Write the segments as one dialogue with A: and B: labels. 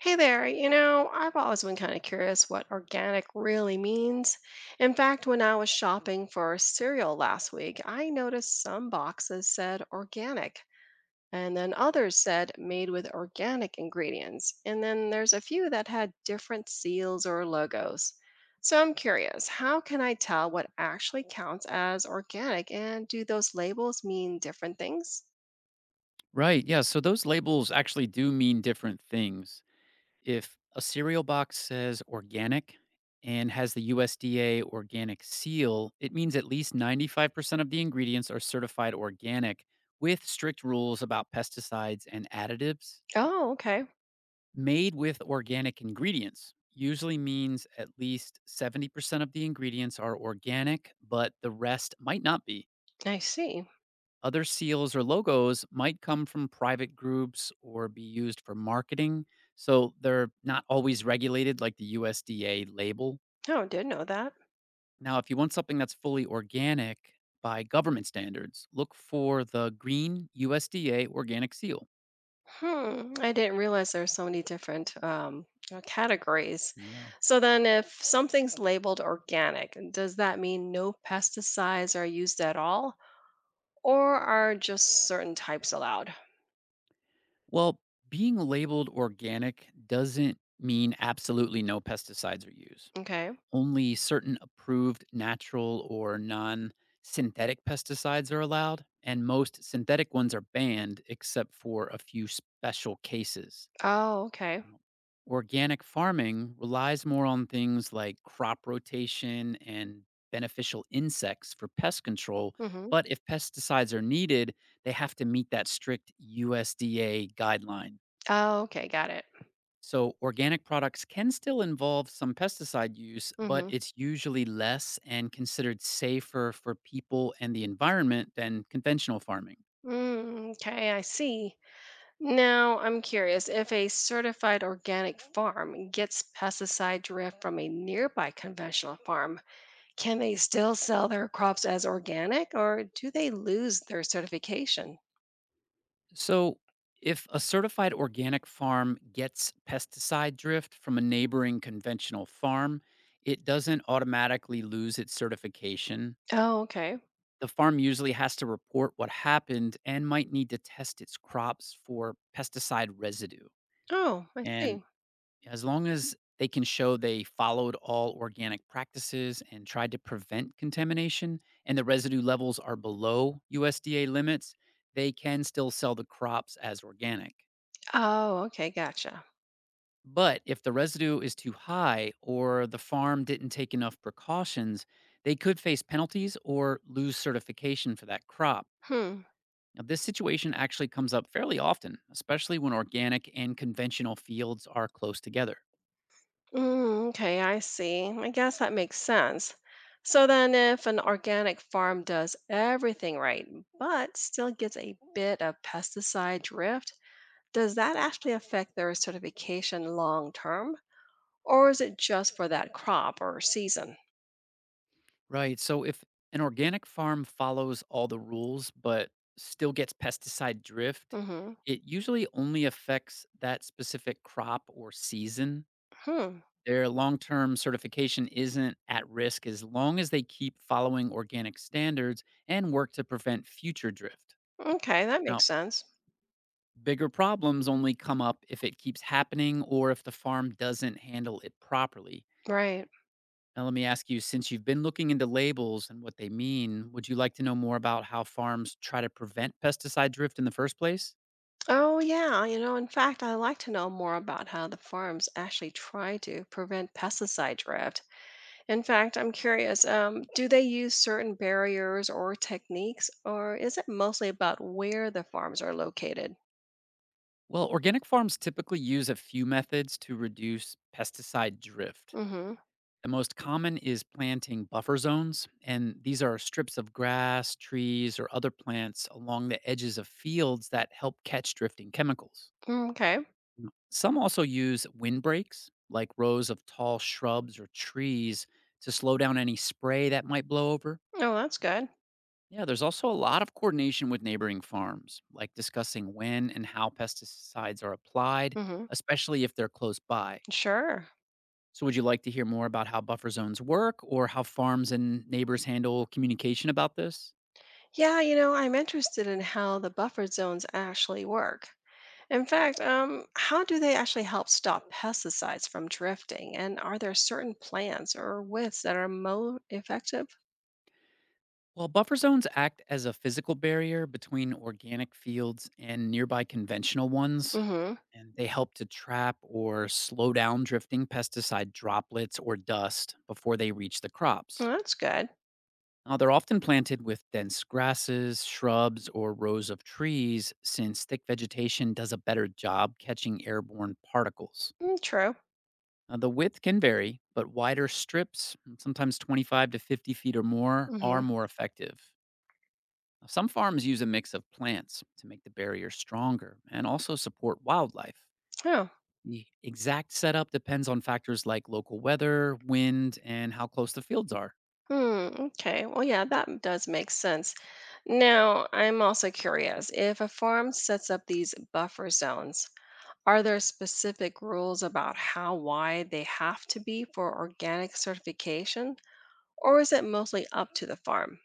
A: Hey there, I've always been kind of curious what organic really means. In fact, when I was shopping for cereal last week, I noticed some boxes said organic, and then others said made with organic ingredients. And then there's a few that had different seals or logos. So I'm curious, how can I tell what actually counts as organic, and do those labels mean different things?
B: Right. Yeah. So those labels actually do mean different things. If a cereal box says organic and has the USDA organic seal, it means at least 95% of the ingredients are certified organic with strict rules about pesticides and additives.
A: Oh, okay.
B: Made with organic ingredients usually means at least 70% of the ingredients are organic, but the rest might not be.
A: I see.
B: Other seals or logos might come from private groups or be used for marketing, so they're not always regulated like the USDA label.
A: Oh, didn't know that.
B: Now, if you want something that's fully organic by government standards, look for the green USDA organic seal.
A: Hmm, I didn't realize there are so many different categories.
B: Yeah.
A: So then, if something's labeled organic, does that mean no pesticides are used at all, or are just certain types allowed?
B: Well, being labeled organic doesn't mean absolutely no pesticides are used.
A: Okay.
B: Only certain approved natural or non synthetic pesticides are allowed, and most synthetic ones are banned except for a few special cases.
A: Oh, okay.
B: Now, organic farming relies more on things like crop rotation and beneficial insects for pest control.
A: Mm-hmm.
B: But if pesticides are needed, they have to meet that strict USDA guideline.
A: Oh, okay. Got it.
B: So, organic products can still involve some pesticide use, but
A: Mm-hmm.
B: it's usually less and considered safer for people and the environment than conventional farming.
A: Mm, okay, I see. Now, I'm curious if a certified organic farm gets pesticide drift from a nearby conventional farm. Can they still sell their crops as organic or do they lose their certification?
B: So, if a certified organic farm gets pesticide drift from a neighboring conventional farm, it doesn't automatically lose its certification.
A: Oh, okay.
B: The farm usually has to report what happened and might need to test its crops for pesticide residue.
A: Oh, I
B: And
A: see.
B: as long as they can show they followed all organic practices and tried to prevent contamination, and the residue levels are below USDA limits, they can still sell the crops as organic.
A: Oh, okay. Gotcha.
B: But if the residue is too high or the farm didn't take enough precautions, they could face penalties or lose certification for that crop.
A: Hmm.
B: Now, this situation actually comes up fairly often, especially when organic and conventional fields are close together.
A: Mm, okay, I see. I guess that makes sense. So then, if an organic farm does everything right, but still gets a bit of pesticide drift, does that actually affect their certification long term? Or is it just for that crop or season?
B: Right. So if an organic farm follows all the rules but still gets pesticide drift,
A: Mm-hmm.
B: it usually only affects that specific crop or season.
A: Hmm.
B: Their long term certification isn't at risk as long as they keep following organic standards and work to prevent future drift.
A: Okay, that makes
B: Now,
A: sense.
B: bigger problems only come up if it keeps happening or if the farm doesn't handle it properly.
A: Right.
B: Now, let me ask you, since you've been looking into labels and what they mean, would you like to know more about how farms try to prevent pesticide drift in the first place?
A: Oh, yeah. In fact, I'd like to know more about how the farms actually try to prevent pesticide drift. In fact, I'm curious, do they use certain barriers or techniques, or is it mostly about where the farms are located?
B: Well, organic farms typically use a few methods to reduce pesticide drift.
A: Mm-hmm.
B: The most common is planting buffer zones, and these are strips of grass, trees, or other plants along the edges of fields that help catch drifting chemicals.
A: Mm, okay.
B: Mm. Some also use windbreaks, like rows of tall shrubs or trees, to slow down any spray that might blow over.
A: Oh, that's good.
B: Yeah, there's also a lot of coordination with neighboring farms, like discussing when and how pesticides are applied,
A: Mm-hmm.
B: especially if they're close by.
A: Sure.
B: So, would you like to hear more about how buffer zones work or how farms and neighbors handle communication about this?
A: Yeah, I'm interested in how the buffer zones actually work. In fact, how do they actually help stop pesticides from drifting? And are there certain plants or widths that are more effective?
B: Well, buffer zones act as a physical barrier between organic fields and nearby conventional ones,
A: Mm-hmm.
B: and they help to trap or slow down drifting pesticide droplets or dust before they reach the
A: Well,
B: crops.
A: that's good.
B: Now, they're often planted with dense grasses, shrubs, or rows of trees, since thick vegetation does a better job catching airborne particles.
A: Mm, true.
B: Now, the width can vary, but wider strips, sometimes 25 to 50 feet or more, are
A: Mm-hmm.
B: more effective. Now, some farms use a mix of plants to make the barrier stronger and also support wildlife.
A: Oh.
B: The exact setup depends on factors like local weather, wind, and how close the fields are,
A: Hmm. Okay. Well, yeah, that does make sense. Now, I'm also curious if a farm sets up these buffer zones, are there specific rules about how wide they have to be for organic certification, or is it mostly up to the farm?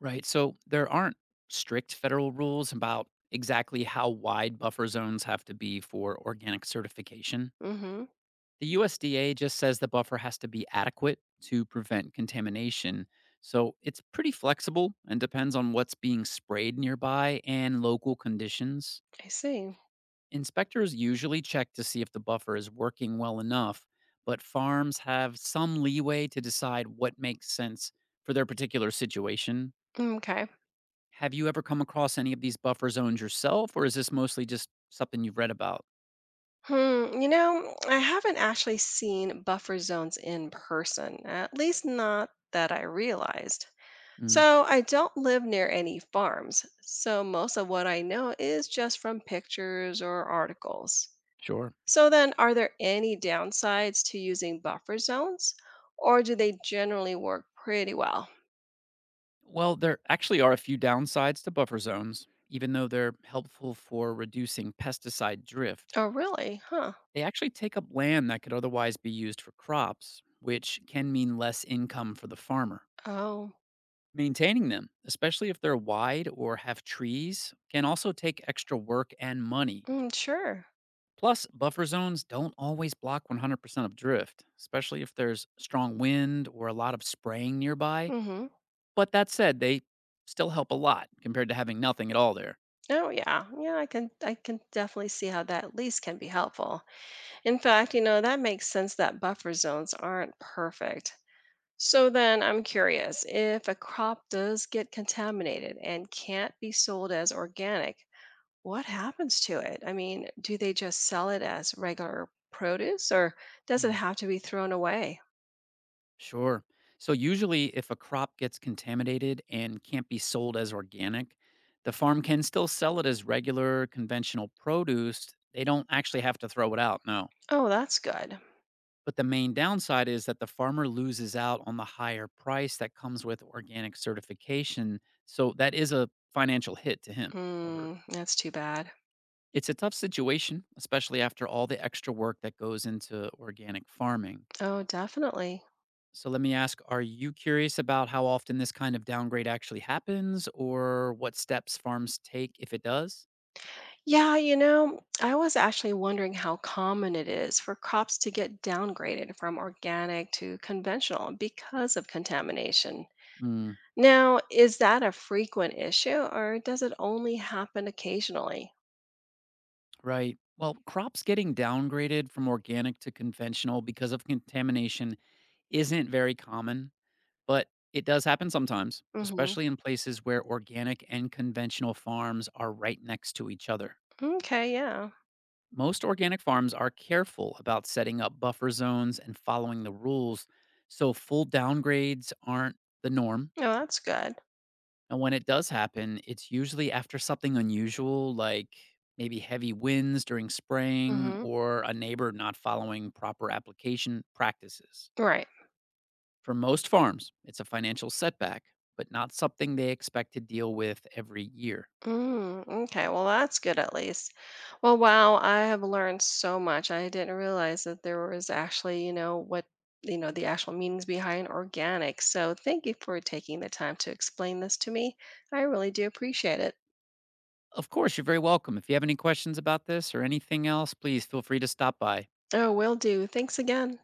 B: right? So there aren't strict federal rules about exactly how wide buffer zones have to be for organic certification.
A: Mm-hmm.
B: The USDA just says the buffer has to be adequate to prevent contamination. So it's pretty flexible and depends on what's being sprayed nearby and local conditions.
A: I see.
B: Inspectors usually check to see if the buffer is working well enough, but farms have some leeway to decide what makes sense for their particular situation.
A: Mm, okay.
B: Have you ever come across any of these buffer zones yourself, or is this mostly just something you've read about?
A: Hmm. I haven't actually seen buffer zones in person, at least not that I realized.
B: Mm,
A: So I don't live near any farms. So most of what I know is just from pictures or articles.
B: sure.
A: So then, are there any downsides to using buffer zones, or do they generally work pretty well?
B: Well, there actually are a few downsides to buffer zones. Even though they're helpful for reducing pesticide drift,
A: Oh, really? Huh.
B: they actually take up land that could otherwise be used for crops, which can mean less income for the farmer.
A: Oh,
B: Maintaining them, especially if they're wide or have trees, can also take extra work and money.
A: mm, sure.
B: Plus, buffer zones don't always block 100% of drift, especially if there's strong wind or a lot of spraying nearby.
A: Mm-hmm.
B: But that said, they still help a lot compared to having nothing at all there.
A: Oh, yeah. Yeah, I can definitely see how that at least can be helpful. In fact, that makes sense that buffer zones aren't perfect. So then I'm curious if a crop does get contaminated and can't be sold as organic, what happens to it? I mean, do they just sell it as regular produce or does it
B: Mm,
A: have to be thrown away?
B: sure. So, usually, if a crop gets contaminated and can't be sold as organic, the farm can still sell it as regular conventional produce. They don't actually have to throw it out, no.
A: Oh, that's good.
B: But the main downside is that the farmer loses out on the higher price that comes with organic certification. So that is a financial hit to him or her.
A: Mm, that's too bad.
B: It's a tough situation, especially after all the extra work that goes into organic farming.
A: Oh, definitely.
B: So let me ask, are you curious about how often this kind of downgrade actually happens or what steps farms take if it does?
A: Yeah, I was actually wondering how common it is for crops to get downgraded from organic to conventional because of contamination.
B: Mm,
A: Now, is that a frequent issue or does it only happen occasionally?
B: right. Well, crops getting downgraded from organic to conventional because of contamination isn't very common. But it does happen sometimes,
A: Hmm.
B: especially in places where organic and conventional farms are right next to each other.
A: Okay, yeah.
B: Most organic farms are careful about setting up buffer zones and following the rules, so full downgrades aren't the norm.
A: Oh, that's good.
B: And when it does happen, it's usually after something unusual, like maybe heavy winds during spraying
A: Hmm.
B: or a neighbor not following proper application practices.
A: Right.
B: For most farms, it's a financial setback, but not something they expect to deal with every year.
A: Mm, okay, well, that's good at least. Well, wow, I have learned so much. I didn't realize that there was actually, what, the actual meanings behind organic. So thank you for taking the time to explain this to me. I really do appreciate it.
B: Of course, you're very welcome. If you have any questions about this or anything else, please feel free to stop by.
A: Oh, will do. Thanks again.